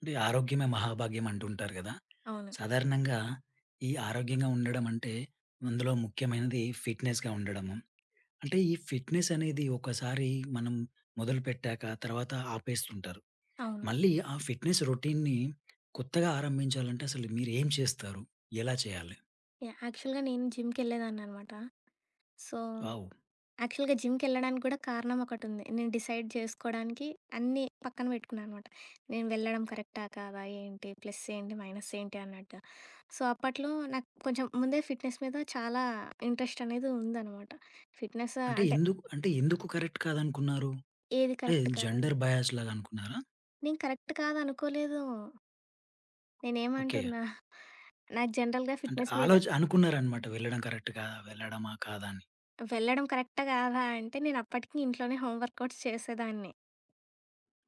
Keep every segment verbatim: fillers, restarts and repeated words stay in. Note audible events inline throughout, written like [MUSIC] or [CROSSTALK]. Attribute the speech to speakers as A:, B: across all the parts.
A: అంటే ఆరోగ్యమే మహాభాగ్యం అంటుంటారు కదా!
B: అవును.
A: సాధారణంగా ఈ ఆరోగ్యంగా ఉండడం అంటే అందులో ముఖ్యమైనది ఫిట్‌నెస్‌గా ఉండడము. అంటే ఈ ఫిట్‌నెస్ అనేది ఒకసారి మనం మొదలుపెట్టాక తర్వాత ఆపేస్తుంటారు.
B: అవును.
A: మళ్ళీ ఆ ఫిట్‌నెస్ రొటీన్‌ని కొత్తగా ఆరంభించాలంటే అసలు మీరేం చేస్తారు? ఎలా చేయాలి?
B: యాహ్! యాక్చువల్‌గా నేను జిమ్‌కెళ్ళేదాన్ననమాట. So,
A: wow!
B: యాక్చువల్‌గా జిమ్‌కెళ్ళడానికి కూడా కారణం ఒకటుంది. నేను డిసైడ్ చేసుకోడానికి అన్నీ పక్కన పెట్టుకున్నాననమాట. నేను వెళ్ళడం కరెక్టా? కాదా? ఏంటి? ప్లస్ ఏంటి? మైనస్ ఏంటి? అన్నట్టుగా. సో, అప్పట్లో నాకు కొంచెం ముందే ఫిట్‌నెస్ మీద చాలా ఇంట్రెస్ట్ అనేది ఉందనమాట. ఫిట్‌నెస్
A: అంటే
B: అంటే
A: ఎందుకు అంటే ఎందుకు కరెక్ట్ కాదనుకున్నారు?
B: ఏది
A: అంటే
B: కరెక్ట్ కాదు
A: జెండర్ బయాస్ లాగా అనుకున్నారా?
B: నేను కరెక్ట్ కాదనుకోలేదు.
A: ఓకే.
B: నేనేమంటున్నా నాకు జనరల్‌గా
A: అంటే
B: ఫిట్‌నెస్ మీద
A: ఆలోచ అనుకున్నారనమాట, వెళ్ళడం కరెక్ట్ కాదా? వెళ్ళడమా కాదా అని.
B: వెళ్ళడం కరెక్టా కాదా అంటే, నేనప్పటికి ఇంట్లోనే హోమ్ వర్కౌట్స్ చేసేదాన్ని.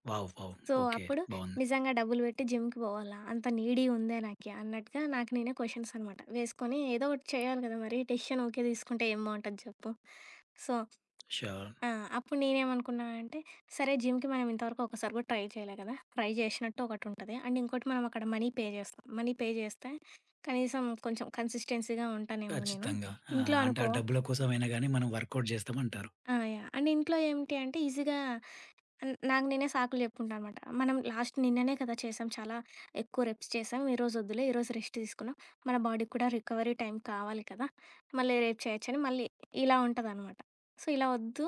A: వావ్! వావ్!
B: So,
A: okay.
B: అప్పుడు
A: బావుంది.
B: నిజంగా డబ్బులు పెట్టి జిమ్‌కి పోవాలా? అంత నీడీ ఉందే నాకి అన్నట్టుగా నాకు నేనే క్వెషన్స్ అనమాట వేసుకొని, ఏదో ఒకటి చేయాలి కదా! మరి డెసిషన్ ఊకే తీసుకుంటే ఏం బావుంటది చెప్పు? So
A: sure.
B: ఆ! అప్పుడు నేనేమనుకున్నా అంటే, సరే జిమ్‌కి మనం ఇంతవరకు ఒకసారి కూడా ట్రై చేయలే కదా! ట్రై చేసినట్టు ఒకటుంటది. అండ్ ఇంకోటి మనం అక్కడ మనీ పే చేస్తాం. మనీ పే చేస్తే కనీసం కొంచెం కన్సిస్టెన్సీగా ఉంటానేమో నేను.
A: ఖచ్చితంగా. ఆ!
B: ఇంట్లో
A: అంటే ఆ
B: అనుకో
A: డబ్బుల కోసమైనా గాని మనం వర్కౌట్ చేస్తామంటారు.
B: ఆ! యాహ్! అండ్ ఇంట్లో ఏమిటి అంటే ఈజీగా అన్ నాకు నేనే సాకులు చెప్పుకుంటా అనమాట. మనం లాస్ట్ నిన్ననే కదా చేసాం. చాలా ఎక్కువ రెప్స్ చేసాం. ఈరోజు వద్దులే, ఈరోజు రెస్ట్ తీసుకున్నాం. మన బాడీకి కూడా రికవరీ టైం కావాలి కదా! మళ్ళీ రేపు చేయొచ్చని మళ్ళీ ఇలా ఉంటదనమాట. సో, ఇలా వద్దు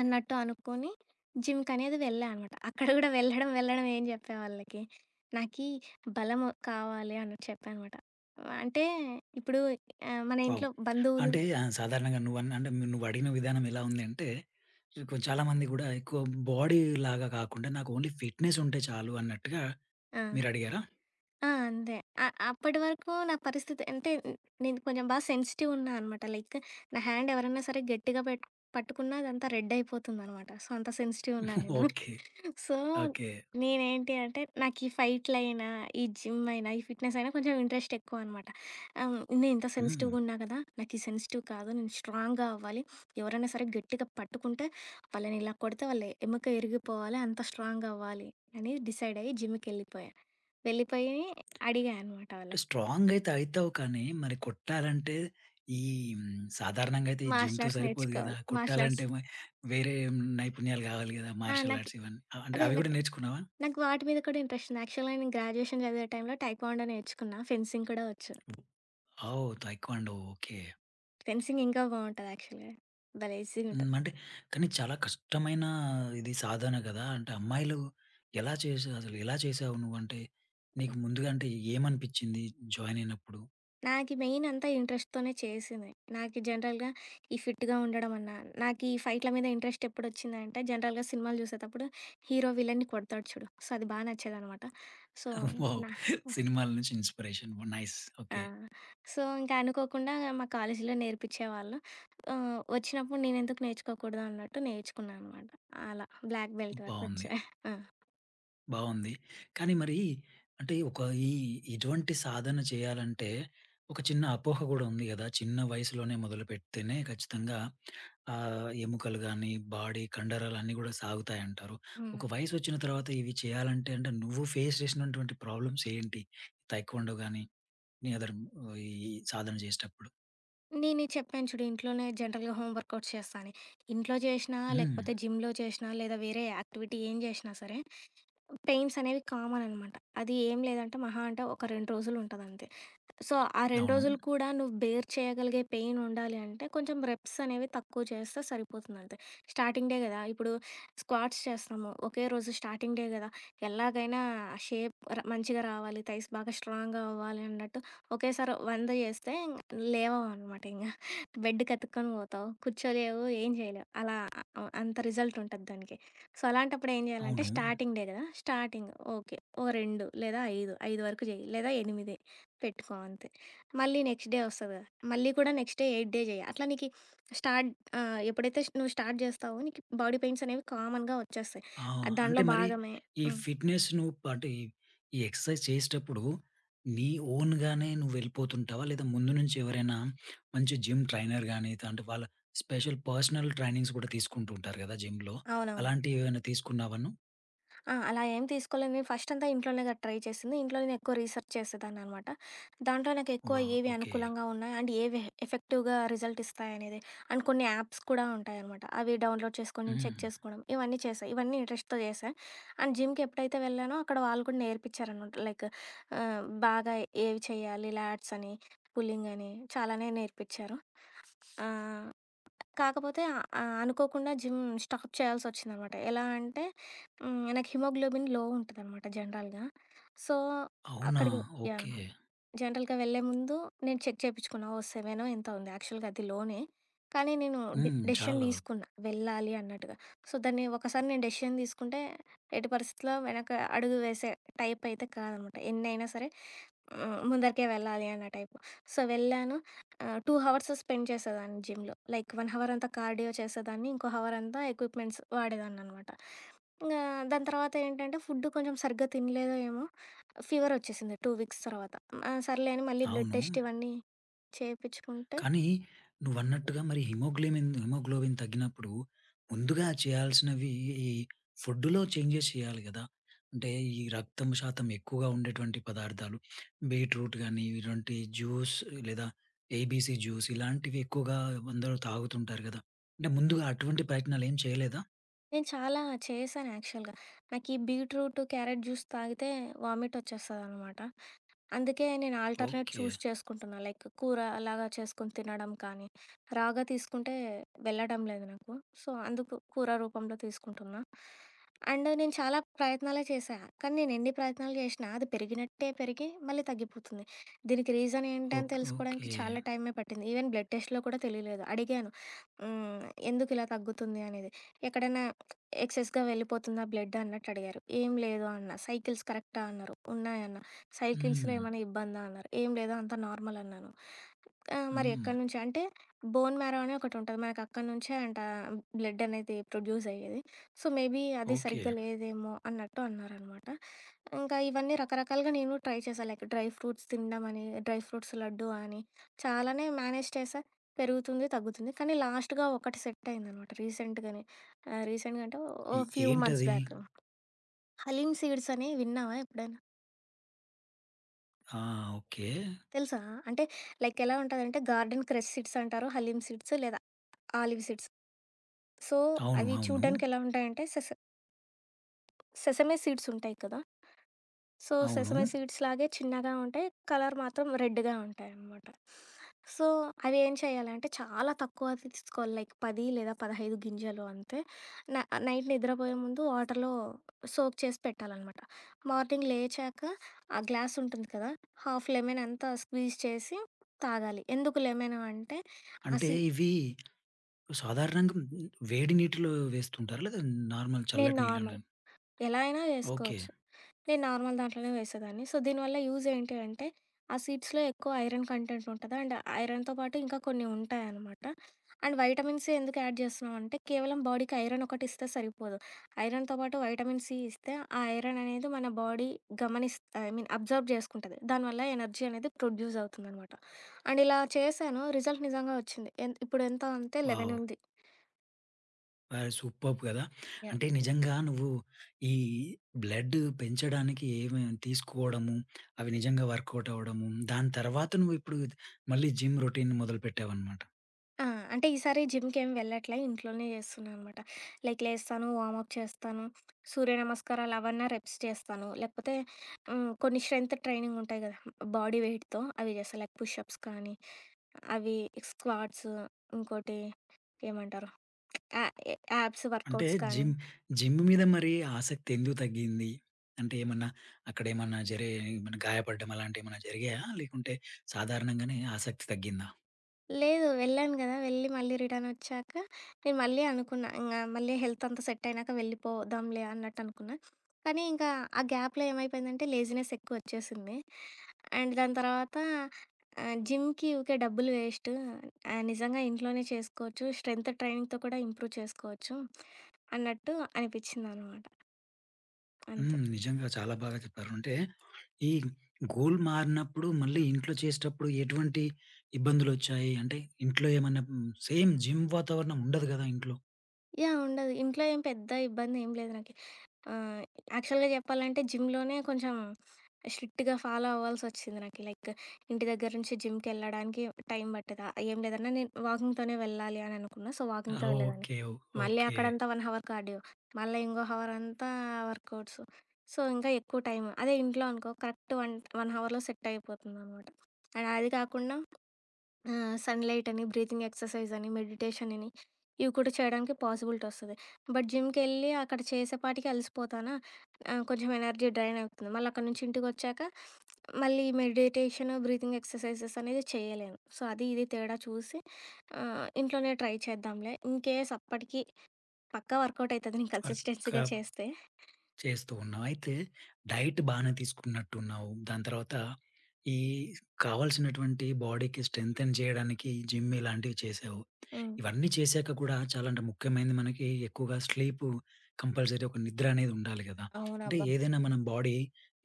B: అన్నట్టు అనుకోని జిమ్‌కనేది వెళ్ళా అనమాట. అక్కడ కూడా వెళ్ళడం, వెళ్ళడం ఏం చెప్పా వాళ్ళకి, నాకీ బలం కావాలి అన్నట్టు చెప్పా అనమాట. అంటే ఇప్పుడు ఆహ్, మన
A: వావ్!
B: ఇంట్లో బంధువులు
A: అంటే ఆహ్, సాధారణంగా నువ్వన్ అంటే నువ్వు అడిగిన విధానం ఎలా ఉంది అంటే, కొ చాలామంది కూడా ఎక్కువ బాడీ లాగా కాకుండా నాకు ఓన్లీ ఫిట్‌నెస్ ఉంటే చాలు అన్నట్టుగా
B: ఆ!
A: మీరడిగారా?
B: ఆ! అంతే. అ అప్పటి వరకు నా పరిస్థితి అంటే న- నేను కొంచెం బాగా సెన్సిటివ్ ఉన్నా అనమాట. లైక్ నా హ్యాండ్ ఎవరైనా సరే గట్టిగా పెట్ పట్టుకున్నా అదంతా రెడ్ అయిపోతుందనమాట. సో, అంత సెన్సిటివ్ ఉన్నా
A: [LAUGHS]
B: నేను.
A: ఓకే.
B: So,
A: okay.
B: నేనేంటి అంటే, నాకీ ఫైట్‌లైనా, ఈ జిమ్ అయినా, ఈ ఫిట్‌నెస్ అయినా కొంచెం ఇంట్రెస్ట్ ఎక్కువనమాట. ఆహ్, నేనింత
A: హ్మ్.
B: సెన్సిటివ్‌గున్నా కదా! నాకీ సెన్సిటివ్ కాదు. నేను స్ట్రాంగ్‌గా అవ్వాలి. ఎవరైనా సరే గట్టిగా పట్టుకుంటే, వాళ్ళని ఇలా కొడితే వాళ్ళ ఎముక ఇరిగిపోవాలి. అంత స్ట్రాంగ్ అవ్వాలి అని డిసైడ్ అయ్యి జిమ్‌కెళ్ళిపోయా. వెళ్ళిపోయి అడిగా అనమాట
A: అంటే
B: వాళ్ళకి.
A: స్ట్రాంగ్ అయితే అయితావు, కానీ మరి కొట్టాలంటే ఈ హ్మ్, సాధారణంగా అయితే ఈ
B: మార్షల్
A: జిమ్‌తో
B: ఆర్ట్స్
A: సరిపోదు గదా!
B: నేర్చుకోవాలి. Martial arts.
A: కొట్టాలంటే మ వేరే నైపుణ్యాలు కావాలి గదా!
B: ఆ!
A: మార్షల్
B: నాకు
A: ఆర్ట్స్ ఇవన్నీ. అ- అంటే
B: అదే
A: అవి కూడా
B: నాకు
A: నేర్చుకున్నావా?
B: నాకు వాటి మీద కూడా ఇంట్రెస్ట్ ఉంది. యాక్చువల్‌గా నేను గ్రాడ్యుయేషన్ చదివే టైంలో టైక్వాండో నేర్చుకున్నా. ఫెన్సింగ్ కూడా వచ్చు.
A: ఓహ్! Taekwondo okay.
B: ఫెన్సింగ్ ఇంకా బావుంటది యాక్చువల్‌గా. భలే
A: హ్మ్.
B: ఈజీగుంటది.
A: అంటే కానీ చాలా కష్టమైన ఇది సాధన గదా! అంటే అమ్మాయిలు ఎలా చేసా అసలు ఎలా చేసావు నువ్వంటే?
B: హ్మ్.
A: నీకు ముందుగా అంటే ఏమనిపించింది జాయిన్ అయినప్పుడు?
B: నాకి మెయిన్ అంతా ఇంట్రెస్ట్‌తోనే చేసింది. నాకి జనరల్‌గా ఈ ఫిట్‌గా ఉండడం అన్నా, నాకీ ఫైట్‌ల మీద ఇంట్రెస్ట్ ఎప్పుడొచ్చిందంటే, జనరల్‌గా సినిమాలు జూసేతప్పుడు హీరో విలన్ని కొడతాడు చూడు. సో, అది బా నచ్చేదనమాట. So,
A: [LAUGHS] wow!
B: నా
A: సినిమాల నుంచి ఇన్‌స్పిరేషన్. నైస్.
B: ఆ!
A: ఓకే.
B: సో, ఇంకా అనుకోకుండా మా కాలేజీలో నేర్పిచ్చేవాళ్ళు. ఆహ్, వచ్చినప్పుడు నేనెందుకు నేర్చుకోకూడదు అన్నట్టు నేర్చుకున్నా అనమాట. అలా బ్లాక్ బెల్ట్
A: బావుంది.
B: వరకొచ్చా. ఆ!
A: బావుంది. కానీ మరి అంటే ఒక ఈ ఇటువంటి సాధన చేయాలంటే ఒక చిన్న అపోహ గూడా ఉంది గదా! చిన్న వయసులోనే మొదలుపెడితేనే ఖచ్చితంగా ఆహ్, ఎముకలు గాని, బాడీ కండరాలన్నీ గూడా సాగుతాయంటారు.
B: హ్మ్.
A: ఒక వయసొచ్చిన తర్వాత ఇవి చేయాలంటే అంటే నువ్వు ఫేస్ చేసినటువంటి ప్రాబ్లమ్స్ ఏంటి? తైక్వాండో గాని, నీ అదర్ ఆహ్, ఈ సాధన చేసేటప్పుడు.
B: నేను చెప్పాను చూడు ఇంట్లోనే జనరల్‌గా హోమ్ వర్కౌట్స్ చేస్తా అని. ఇంట్లో చేషినా,
A: హ్మ్.
B: లేకపోతే జిమ్‌లో చేషినా, లేదా వేరే యాక్టివిటీ ఏం చేషినా సరే పెయిన్స్ అనేవి కామన్ అనమాట. అది ఏం లేదంటే మహా అంటే ఒక రెండు రోజులుంటదంతే. సో, ఆ రెండు
A: అవును.
B: రోజులు కూడా నువ్వు బేర్ చేయగలిగే పెయిన్ ఉండాలి అంటే, కొంచెం రెప్స్ అనేవి తక్కువ చేస్తే సరిపోతుందంతే. స్టార్టింగ్ డే గదా! ఇప్పుడు స్క్వాట్స్ చేస్తాము. ఒకే రోజు స్టార్టింగ్ డే గదా! ఎలాగైనా షేప్ ర మంచిగా రావాలి, థైస్ బాగా స్ట్రాంగ్‌గా అవ్వాలి అన్నట్టు ఒకేసారి వంద చేస్తే ఇంగ లేవవనమాట ఇంగ. బెడ్‌కి అతుక్కొని పోతావు, కూర్చోలేవు, ఏం చేయలేవు. అలా అ అంత రిజల్ట్ ఉంటది దానికి. సో, అలాంటప్పుడు ఏం చేయాలంటే
A: అవును.
B: స్టార్టింగ్ డే గదా! Starting okay. ఓ రెండు లేదా ఐదు, ఐదు వరకు చెయ్యి లేదా ఎనిమిది పెట్టుకో అంతే. మళ్ళీ నెక్స్ట్ డే వస్తది గదా! మళ్ళీ కూడా నెక్స్ట్ డే ఎనిమిది డే చేయి. అట్లా నీకి స్టార్ట్ ఆహ్, ఎప్పుడైతే నువ్వు స్టార్ట్ జేస్తావో నీకు బాడీ పెయిన్స్ అనేవి కామన్‌గా వచ్చేస్తాయి.
A: ఆ!
B: అది
A: అంటే
B: దాంట్లో
A: మరి
B: భాగమే.
A: ఈ
B: హ్మ్.
A: ఫిట్‌నెస్ నువ్వు అంటే ఈ ఈ ఎక్సర్సైజ్ చేసేటప్పుడు నీ ఓన్‌గానే నువ్వు వెళ్ళిపోతుంటావా? లేదా ముందు నుంచి ఎవరైనా మంచి జిమ్ ట్రైనర్ గాని, అంటే వాళ్ళ స్పెషల్ పర్సనల్ ట్రైనింగ్స్ కూడా తీసుకుంటూ ఉంటారు గదా జిమ్‌లో.
B: అవునవును.
A: అలాంటివి ఏమైనా తీసుకున్నావా నువ్వు?
B: ఆ! అలా ఏం తీసుకోలేదు. నేను ఫస్ట్ అంతా ఇంట్లోనే కదా ట్రై చేసింది. ఇంట్లో నేను ఎక్కువ రీసెర్చ్ చేసేదాన్ననమాట. దాంట్లో నాకు ఎక్కువ
A: వావ్!
B: ఏవి
A: ఓకే.
B: అనుకూలంగా ఉన్నాయి అండ్ ఏవి ఎఫెక్టివ్‌గా రిజల్ట్ ఇస్తాయనేది. అండ్ కొన్ని యాప్స్ కూడా ఉంటాయనమాట. అవి డౌన్‌లోడ్ చేసుకొని చెక్
A: హ్మ్.
B: చేసుకోవడం ఇవన్నీ చేశా. ఇవన్నీ ఇంట్రెస్ట్‌తో చేశా. అండ్ జిమ్‌కి ఎప్పుడైతే వెళ్ళానో అక్కడ వాళ్ళు కూడా నేర్పించారనమాట. లైక్ ఆహ్, బాగా ఏవి చేయాలి లాట్స్ అని, పుల్లింగ్ అని చాలానే నేర్పించారు. ఆ! కాకపోతే ఆహ్, ఆహ్, అనుకోకుండా జిమ్ స్టాప్ చేయాల్సొచ్చిందనమాట. ఎలా అంటే హ్మ్, నాకు హిమోగ్లోబిన్ లో ఉంటదనమాట జనరల్‌గా. సో,
A: అవునా?
B: అక్కడికి యాహ్!
A: ఓకే.
B: జనరల్‌గా వెళ్ళే ముందు నేను చెక్ చేపిచ్చుకున్నా. ఓ ఏడు ఎంతో ఉంది. యాక్చువల్‌గా అది లోనే. కానీ నేను డె
A: హ్మ్. చాలా
B: డెసిషన్
A: వరకు.
B: తీసుకున్నా వెళ్ళాలి అన్నట్టుగా. సో, దాన్ని ఒకసారి నేను డెసిషన్ తీసుకుంటే ఎట్టి పరిస్థితిలో వెనక అడుగు వేసే టైప్ అయితే కాదనమాట. ఎన్నైనా సరే హ్మ్, ముందరికే వెళ్ళాలి అన్న టైపు. సో, వెళ్ళాను. ఆహ్, రెండు హవర్స్ స్పెండ్ చేసేదాన్ని జిమ్‌లో. లైక్ ఒక హవర్ అంతా కార్డియో చేసేదాన్ని. ఇంకో హవర్ అంతా ఎక్విప్‌మెంట్స్ వాడేదాన్ననమాట. ఇంగా దాని తర్వాత ఏంటంటే ఫుడ్ కొంచెం సరిగ్గా తినలేదో ఏమో ఫీవర్ వచ్చేసింది రెండు వీక్స్ తర్వాత. ఆ! సర్లే అని మళ్ళీ బ్లడ్ ఓకే.
A: అవును.
B: టెస్ట్ ఇవన్నీ చేపిచ్చుకుంటే
A: కానీ నువ్వన్నట్టుగా మరి హిమోగ్లోబిన్ హిమోగ్లోబిన్ తగ్గినప్పుడు ముందుగా చేయాల్సినవి ఈ ఫుడ్‌లో చేంజెస్ చేయాలి గదా! అంటే ఈ రక్తం శాతం ఎక్కువగా ఉండేటువంటి పదార్థాలు బీట్‌రూట్ గాని, ఇలాంటి జ్యూస్ లేదా ఏబీసీ జ్యూస్ ఇలాంటివి ఎక్కువగా అందరూ తాగుతుంటారు గదా! అంటే ముందుగా అటువంటి ప్రయత్నాలేం చేయలేదా?
B: నేను చాలా చేశాను యాక్చువల్‌గా. నాకు ఈ బీట్రూట్, క్యారెట్ జ్యూస్ తాగితే వామిట్ వచ్చేస్తదనమాట. అందుకే నేను ఆల్టర్‌నేట్
A: ఓకే.
B: చూస్ చేసుకుంటున్నా. లైక్ కూర అలాగా చేసుకొని తినడం కానీ, రాగా తీసుకుంటే వెళ్ళడం లేదు నాకు. సో, అందుకు కూర రూపంలో తీసుకుంటున్నా. అండ్ నేను చాలా ప్రయత్నాలే చేశా. కానీ నేను ఎన్ని ప్రయత్నాలు చేసినా అది పెరిగినట్టే పెరిగి మళ్ళీ తగ్గిపోతుంది. దీనికి రీజన్ ఏంటి అని
A: ఓకే.
B: తెలుసుకోవడానికి
A: ఓకే.
B: చాలా టైమే పట్టింది. ఈవెన్ బ్లడ్ టెస్ట్‌లో కూడా తెలియలేదు. అడిగాను. హ్మ్. ఎందుకు ఇలా తగ్గుతుంది అనేది? ఎక్కడైనా ఎక్సెస్‌గా వెళ్ళిపోతుందా బ్లడ్ అన్నట్టు అడిగారు. ఏం లేదు అన్నా. సైకిల్స్ కరెక్టా అన్నారు. ఉన్నాయన్నా. సైకిల్స్‌లో
A: హ్మ్.
B: ఏమైనా ఇబ్బందా అన్నారు. ఏం లేదు అంతా నార్మల్ అన్నాను. ఆహ్, మరి
A: హ్మ్.
B: ఎక్కడి నుంచి అంటే బోన్ మ్యారో అని ఒకటుంటది. మనకు అక్కడి నుంచే అంట బ్లడ్ అనేది ప్రొడ్యూస్ అయ్యేది. సో, మేబీ అది
A: ఓకే.
B: సరిగ్గా లేదేమో అన్నట్టు అన్నారనమాట. ఇంకా ఇవన్నీ రకరకాలుగా నేను ట్రై చేశా. లైక్ డ్రై ఫ్రూట్స్ తినడం అని, డ్రై ఫ్రూట్స్ లడ్డు అని చాలానే మేనేజ్ చేశా. పెరుగుతుంది, తగ్గుతుంది. కానీ లాస్ట్‌గా ఒకటి సెట్ అయిందనమాట రీసెంట్‌గానే. ఆహ్, రీసెంట్‌గా అంటే ఓ
A: ఎ
B: ఫ్యూ మంత్స్
A: ఏంటది?
B: బ్యాక్. హలీమ్ సీడ్స్ అని విన్నావా ఎప్పుడైనా?
A: ఆ! ఓకే.
B: తెలుసా? అంటే లైక్ ఎలా ఉంటదంటే గార్డెన్ క్రెస్ సీడ్స్ అంటారు. హలీం సీడ్స్ లేదా ఆలివ్ సీడ్స్. సో,
A: అవును.
B: అవి
A: అవును.
B: చూడ్డానికెలా ఉంటాయంటే సెస సెసమే సీడ్స్ ఉంటాయి కదా! సో,
A: అవును.
B: సెసమే సీడ్స్ లాగే చిన్నగా ఉంటాయి. కలర్ మాత్రం రెడ్‌గా ఉంటాయనమాట. సో, అవి ఏం చేయాలంటే చాలా తక్కువ తీసుకోవాలి. లైక్ పది లేదా పదిహేను గింజలు అంతే. న నైట్ నిద్రపోయే ముందు వాటర్‌లో సోక్ చేసి పెట్టాలనమాట. మార్నింగ్ లేచాక ఆ గ్లాస్ ఉంటుంది కదా! హాఫ్ లెమన్ అంతా స్క్వీజ్ చేసి తాగాలి. ఎందుకు లెమన్ అంటే,
A: అంటే
B: అసి
A: ఇవి సాధారణంగా వేడి నీటిలో వేస్తుంటారా? లేదా నార్మల్
B: నేను
A: చల్లటి నీళ్ళలోనా?
B: నార్మల్ ఎలా అయినా
A: ఓకే.
B: చేసుకోవచ్చు. నేను నార్మల్ దాంట్లోనే వేసేదాన్ని. సో, దీనివల్ల యూజ్ ఏంటి అంటే, ఆ సీడ్స్‌లో ఎక్కువ ఐరన్ కంటెంట్ ఉంటది. అండ్ ఐరన్‌తో పాటు ఇంకా కొన్ని ఉంటాయనమాట. అండ్ వైటమిన్ సి ఎందుకు యాడ్ చేస్తున్నామంటే, కేవలం బాడీకి ఐరన్ ఒకటి ఇస్తే సరిపోదు. ఐరన్‌తో పాటు వైటమిన్ సి ఇస్తే, ఆ ఐరన్ అనేది మన బాడీ గమనిస్ ఐ మీన్ అబ్జర్వ్ చేసుకుంటది. దానివల్ల ఎనర్జీ అనేది ప్రొడ్యూస్ అవుతుందనమాట. అండ్ ఇలా చేశాను. రిజల్ట్ నిజంగా వచ్చింది. ఎన్ ఇప్పుడు ఎంత అంటే పదకొండు
A: వావ్!
B: ఉంది.
A: ఆహ్, సూపర్బ్ కదా! అంటే
B: యాహ్!
A: నిజంగా నువ్వు ఈ బ్లడ్ పెంచడానికి ఏమేమి తీసుకోవడము, అవి నిజంగా వర్కౌట్ అవ్వడము, దాని తర్వాత నువ్వు ఇప్పుడు మళ్ళీ జిమ్ రొటీన్ మొదలుపెట్టావన్నమాట.
B: ఆ! అంటే ఈసారి జిమ్‌కేం వెళ్ళట్లే. ఇంట్లోనే చేస్తున్నా అనమాట. లైక్ లేస్తాను, వార్మప్ చేస్తాను, సూర్య నమస్కారాలు అవన్నా రెప్స్ చేస్తాను. లేకపోతే హ్మ్, కొన్ని స్ట్రెంత్ ట్రైనింగ్ ఉంటాయి కదా! బాడీ వెయిట్‌తో అవి చేస్తా. లైక్ పుష్ అప్స్ కానీ, అవి స్క్వాట్స్ ఇంకోటి ఏమంటారు? యా యాబ్స్
A: అంటే
B: వర్కౌట్స్ కానీ.
A: జిమ్ జిమ్ మీద మరి ఆసక్తి ఎందుకు తగ్గింది? అంటే ఏమన్నా అక్కడేమన్నా జరే ఏమన్నా గాయపడడం అలాంటియేమన్నా జరిగాయా? లేకుంటే సాధారణంగానే ఆసక్తి తగ్గిందా?
B: లేదు. వెళ్ళాను గదా! వెళ్ళి మళ్ళీ రిటర్నొచ్చాక నేను మళ్ళీ అనుకున్నా. ఇంగా మళ్ళీ హెల్త్ అంతా సెట్ అయినాక వెళ్ళిపోదాంలే అన్నట్టనుకున్నా. కానీ ఇంకా ఆ గ్యాప్‌లో ఏమైపోయిందంటే లేజినెస్ ఎక్కువొచ్చేసింది. అండ్ దాని తర్వాత ఆహ్, జిమ్‌కి ఊకే డబ్బులు వేస్ట్. ఆహ్, నిజంగా ఇంట్లోనే చేసుకోవచ్చు. స్ట్రెంత్ ట్రైనింగ్‌తో కూడా ఇంప్రూవ్ చేసుకోవచ్చు అన్నట్టు అనిపిచ్చిందనమాట. అంతే.
A: హ్మ్. నిజంగా చాలా బాగా చెప్పారు. అంటే ఈ గోల్ మారినప్పుడు మళ్ళీ ఇంట్లో చేసేటప్పుడు ఎటువంటి ఇబ్బందులొచ్చాయి? అంటే ఇంట్లో ఏమన్నా హ్మ్, సేమ్ జిమ్ వాతావరణం ఉండదు గదా ఇంట్లో.
B: యాహ్! ఉండదు. ఇంట్లో ఏం పెద్ద ఇబ్బందేం లేదు నాకు. ఆ! యాక్చువల్‌గా చెప్పాలంటే జిమ్‌లోనే కొంచెం స్ట్రిక్ట్‌గా ఫాలో అవ్వాల్సొచ్చింది నాకు. లైక్ ఇంటి దగ్గర నుంచి జిమ్‌కెళ్ళడానికి టైం పట్టేది. ఆహ్, ఏం లేదన్నా నేను వాకింగ్‌తోనే వెళ్ళాలి అని అనుకున్నా. సో, వాకింగ్‌తో వెళ్ళేదాన్ని.
A: ఓకే.
B: మళ్ళీ
A: ఓకే.
B: అక్కడంతా ఒక హవర్ కార్డియో. మళ్ళా ఇంకో హవర్ అంతా వర్కౌట్స్. సో, ఇంకా ఎక్కువ టైం. అదే ఇంట్లో అనుకో కరెక్ట్ వన్ ఒక హవర్‌లో సెట్ అయిపోతుందనమాట. అండ్ అది కాకుండా ఆ! సన్‌లైట్ అని, బ్రీతింగ్ ఎక్సర్‌సైజ్ అని, మెడిటేషన్ అని, ఇవి కూడా చేయడానికి పాసిబిలిటీ వస్తది. బట్ జిమ్‌కెళ్ళి అక్కడ చేసేపాటికి అలసిపోతానా, ఆహ్, కొంచెం ఎనర్జీ డ్రైన్ అవుతుంది. మళ్ళీ అక్కడి నుంచి ఇంటికొచ్చాక మళ్ళీ మెడిటేషన్, బ్రీతింగ్ ఎక్సర్‌సైజెస్ అనేది చేయలేను. సో, అది ఇది తేడా చూసి ఆహ్, ఇంట్లోనే ట్రై చేద్దాంలే. ఇన్‌కేస్ అప్పటికి పక్కా వర్కౌట్ అయితది నేను కన్సిస్టెన్సీగా
A: వర్కప్
B: చేస్తే.
A: చేస్తూ ఉన్నావు. అయితే డైట్ బానే తీసుకున్నట్టున్నావు. దాని తర్వాత ఈ కావాల్సినటువంటి బాడీకి స్ట్రెంథెన్ చేయడానికి జిమ్ ఇలాంటివి చేసావు.
B: హ్మ్.
A: ఇవన్నీ చేశాక కూడా చాలా అంటే ముఖ్యమైనది మనకి ఎక్కువగా స్లీపు, కంపల్సరీ ఒక నిద్ర అనేది ఉండాలి గదా! అంటే
B: అవునబ్బా!
A: ఏదైనా మనం బాడీ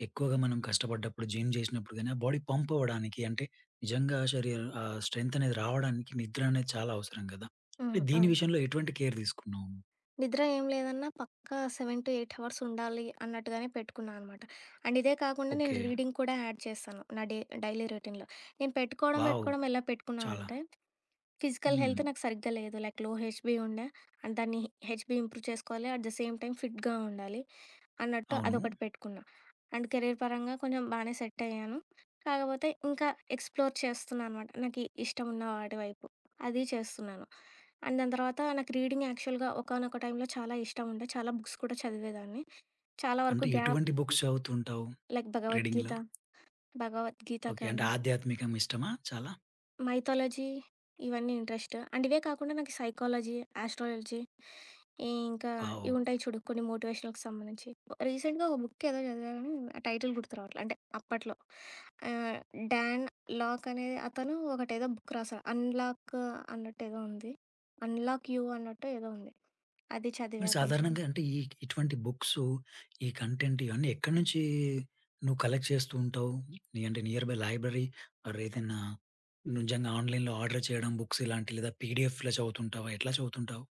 A: ఎక్కువగా మనం కష్టపడ్డప్పుడు, జిమ్ చేసినప్పుడు గాని, ఆ బాడీ పంప్ అవ్వడానికి అంటే నిజంగా శరీర ఆహ్, స్ట్రెంత్ అనేది రావడానికి నిద్ర అనేది చాలా అవసరం గదా! అంటే
B: హ్మ్.
A: దీని
B: అవును.
A: విషయంలో ఎటువంటి కేర్ తీసుకున్నావు?
B: నిద్ర ఏం లేదన్నా పక్కా ఏడు ఎనిమిది అవర్స్ ఉండాలి అన్నట్టుగానే పెట్టుకున్నా అనమాట. అండ్ ఇదే కాకుండా నేను
A: ఓకే.
B: రీడింగ్ కూడా యాడ్ చేశాను. నా డే డైలీ రొటీన్‌లో. నేను పెట్టుకోవడం,
A: వావ్!
B: పెట్టుకోవడం ఎలా పెట్టుకున్నా
A: చాలా.
B: అంటే ఫిజికల్
A: హ్మ్.
B: హెల్త్ నాకు సరిగ్గా లేదు. లైక్ లో హెచ్‌బీ ఉండే. అండ్ దాన్ని హెచ్‌బీ ఇంప్రూవ్ చేసుకోవాలి. అట్ ద సేమ్ టైమ్ ఫిట్‌గా ఉండాలి అన్నట్టు
A: అవును.
B: అదొకటి పెట్టుకున్నా. అండ్ కెరీర్ పరంగా కొంచెం బానే సెట్ అయ్యాను. కాకపోతే ఇంకా ఎక్స్‌ప్లోర్ చేస్తున్నా అనమాట. నాకు ఇష్టమున్న వాటి వైపు. అది చేస్తున్నాను. అండ్ దాని తర్వాత నాకు రీడింగ్ యాక్చువల్‌గా ఒకానొక టైంలో చాలా ఇష్టం ఉండే. చాలా బుక్స్ కూడా చదివేదాన్ని. చాలా
A: అంటే
B: వరకు గ్యాప్.
A: ఎటువంటి బుక్స్ చదువుతుంటావు
B: లైక్ భగవద్గీత,
A: రీడింగ్‌లో?
B: భగవద్గీత
A: ఓకే. అంటే
B: కానీ
A: ఆధ్యాత్మికం ఇష్టమా చాలా?
B: మైథాలజీ ఇవన్నీ ఇంట్రెస్ట్. అండ్ ఇవే కాకుండా నాకు సైకాలజీ, ఆస్ట్రాలజీ ఈ ఇంకా
A: వావ్!
B: ఇవుంటాయి చూడు కొన్ని మోటివేషనల్‌కి సంబంధించి. రీసెంట్‌గా ఒక బుక్ ఏదో చదివా గానీ ఆ టైటిల్ గుర్తు రావట్లే. అంటే అప్పట్లో ఆహ్, డాన్ లాక్ అనే అతను ఒకటేదో బుక్ రాసాడు. 'అన్‌లాక్' అన్నట్టేదో ఉంది. 'అన్‌లాక్ యూ' అన్నట్టో ఏదో ఉంది. అది
A: మరి
B: చదివా కొంచెం.
A: సాధారణంగా అంటే ఈ ఇటువంటి బుక్స్, ఈ కంటెంట్ ఇవన్నీ ఎక్కడి నుంచి నువ్వు కలెక్ట్ చేస్తూ ఉంటావు? నీ అంటే నియర్ బై లైబ్రరీ ఆర్ ఏదైనా నిజంగా ఆన్‌లైన్‌లో ఆర్డర్ చేయడం బుక్స్ ఇలాంటి లేదా పీడిఎఫ్‌లో చదువుతుంటావా? ఎట్లా చదువుతుంటావు?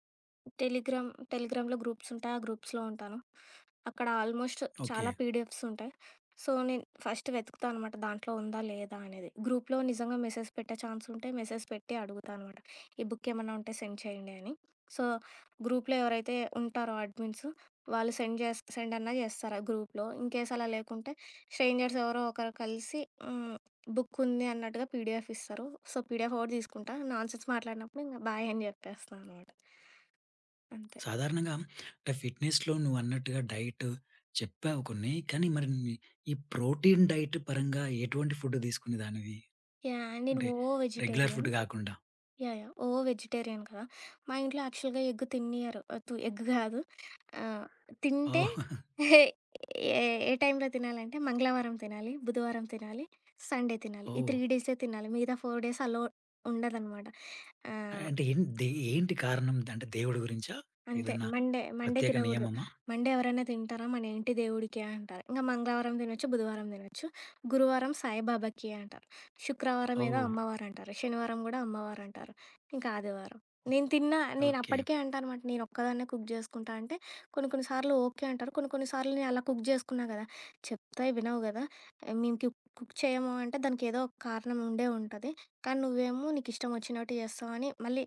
B: టెలిగ్రామ్ టెలిగ్రామ్‌లో గ్రూప్స్ ఉంటాయి. ఆ గ్రూప్స్‌లో ఉంటాను. అక్కడ ఆల్మోస్ట్
A: ఓకే.
B: చాలా పీడిఎఫ్స్ ఉంటాయి. సో, నేను ఫస్ట్ వెతుకుతా అనమాట దాంట్లో ఉందా? లేదా? అనేది. గ్రూప్‌లో నిజంగా మెసేజ్ పెట్టే ఛాన్స్ ఉంటే మెసేజ్ పెట్టి అడుగుతా అనమాట. ఈ బుక్ ఏమన్నా ఉంటే సెండ్ చేయండి అని. సో, గ్రూప్‌లో ఎవరైతే ఉంటారో అడ్మిన్స్ వాళ్ళు సెండ్ చేస్ సెండ్ అన్నా చేస్తారు ఆ గ్రూప్‌లో. ఇన్‌కేస్ అలా లేకుంటే స్ట్రేంజర్స్ ఎవరో ఒకరు కలిసి హ్మ్, బుక్ ఉంది అన్నట్టుగా పీడిఎఫ్ ఇస్తారు. సో, పీడిఎఫ్ ఒకటి తీసుకుంటా. నాన్‌సెన్స్ మాట్లాడినప్పుడు ఇంక బాయ్ అని చెప్పేస్తా అనమాట. అంతే.
A: సాధారణంగా అంటే ఫిట్‌నెస్‌లో నువ్వన్నట్టుగా డైట్ చెప్పావు కొన్ని. కానీ మరి నీ ఈ ప్రోటీన్ డైట్ పరంగా ఎటువంటి ఫుడ్ తీసుకునేదానివి?
B: యాహ్! నేను
A: అంటే
B: ఓ
A: రెగ్యులర్
B: వెజిటేరియన్.
A: ఫుడ్ గాకుండా.
B: యాహ్! యాహ్! ఓ వెజిటేరియన్ కదా! మా ఇంట్లో యాక్చువల్‌గా ఎగ్ తిన్నియ్యరు. తు ఎగ్ కాదు. ఆహ్, తింటే
A: ఓహ్!
B: [LAUGHS] ఏ ఏ టైంలో తినాలంటే మంగళవారం తినాలి, బుధవారం తినాలి, సండే తినాలి. ఈ
A: ఓహ్!
B: మూడు డేసే తినాలి. మిగతా నాలుగు డేస్ అలో ఉండదనమాట. ఆ!
A: అంటే ఏం దే ఏంటి కారణం? అంటే దేవుడి గురించా?
B: అంతే.
A: ఏదన్నా
B: మండే, మండే
A: ప్రత్యేక
B: తినగూడదు.
A: నియమమా?
B: మండే ఎవరైనా తింటారా? మన ఇంటి దేవుడికే అంటారు. ఇంక మంగళవారం తినొచ్చు, బుధవారం తినొచ్చు. గురువారం సాయిబాబాకి అంటారు. శుక్రవారం ఏదో
A: ఓహ్!
B: అమ్మవారంటారు. శనివారం గూడా అమ్మవారంటారు. ఇంకా ఆదివారం. నేను తిన్నా
A: ఓకే.
B: నేనప్పటికే అంటానమాట. నేనొక్కదాన్నే కుక్ జేసుకుంటా అంటే, కొన్ని కొన్ని సార్లు ఓకే అంటారు. కొన్ని కొన్ని సార్లు నేను అలా కుక్ జేసుకున్నా గదా! చెప్తే వినవు గదా! ఆహ్, మేము క్యు కుక్ చేయము అంటే దానికేదో ఒక కారణం ఉండే ఉంటది. కానీ నువ్వేమో నీకిష్టం ఒచ్చినట్టు జేస్తావని మళ్ళీ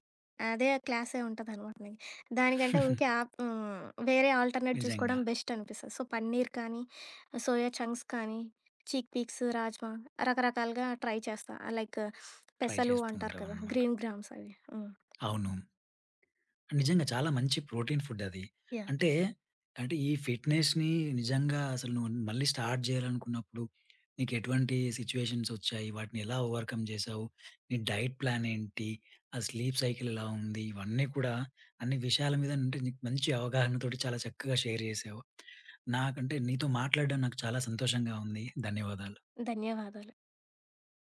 B: అదే క్లాసే ఉంటదనమాట నీకు. దానికంటే ఊరికే
A: [LAUGHS]
B: ఆప్ హ్మ్. వేరే ఆల్టర్‌నేట్
A: నిజంగా
B: చూసుకోవడం బెస్ట్ అనిపిస్తది. సో, పన్నీర్ కానీ, సోయా చంక్స్ కానీ, చీక్ పీక్స్, రాజ్మా రకరకాలుగా ట్రై చేస్తా. లైక్
A: ట్రై
B: పెసలు
A: చేస్తూ
B: అంటారు కదా!
A: ఉంటావన్నమాట.
B: గ్రీన్ గ్రామ్స్ అవి. హ్మ్.
A: అవును. నిజంగా చాలా మంచి ప్రోటీన్ ఫుడ్ అది.
B: యాహ్!
A: అంటే, అంటే ఈ ఫిట్‌నెస్‌ని నిజంగా అసలు నువ్వు మళ్ళీ స్టార్ట్ చేయాలనుకున్నప్పుడు నీకెటువంటి సిట్యుయేషన్స్ వచ్చాయి? వాటిని ఎలా ఓవర్‌కమ్ చేశావు? నీ డైట్ ప్లాన్ ఏంటి? ఆ స్లీప్ సైకిల్ ఎలా ఉంది? ఇవన్నీ కూడా అన్ని విషయాల మీద అంటే నీకు మంచి అవగాహనతోటి చాలా చక్కగా షేర్ చేశావు. నాకంటే నీతో మాట్లాడడం నాకు చాలా సంతోషంగా ఉంది. ధన్యవాదాలు.
B: ధన్యవాదాలు.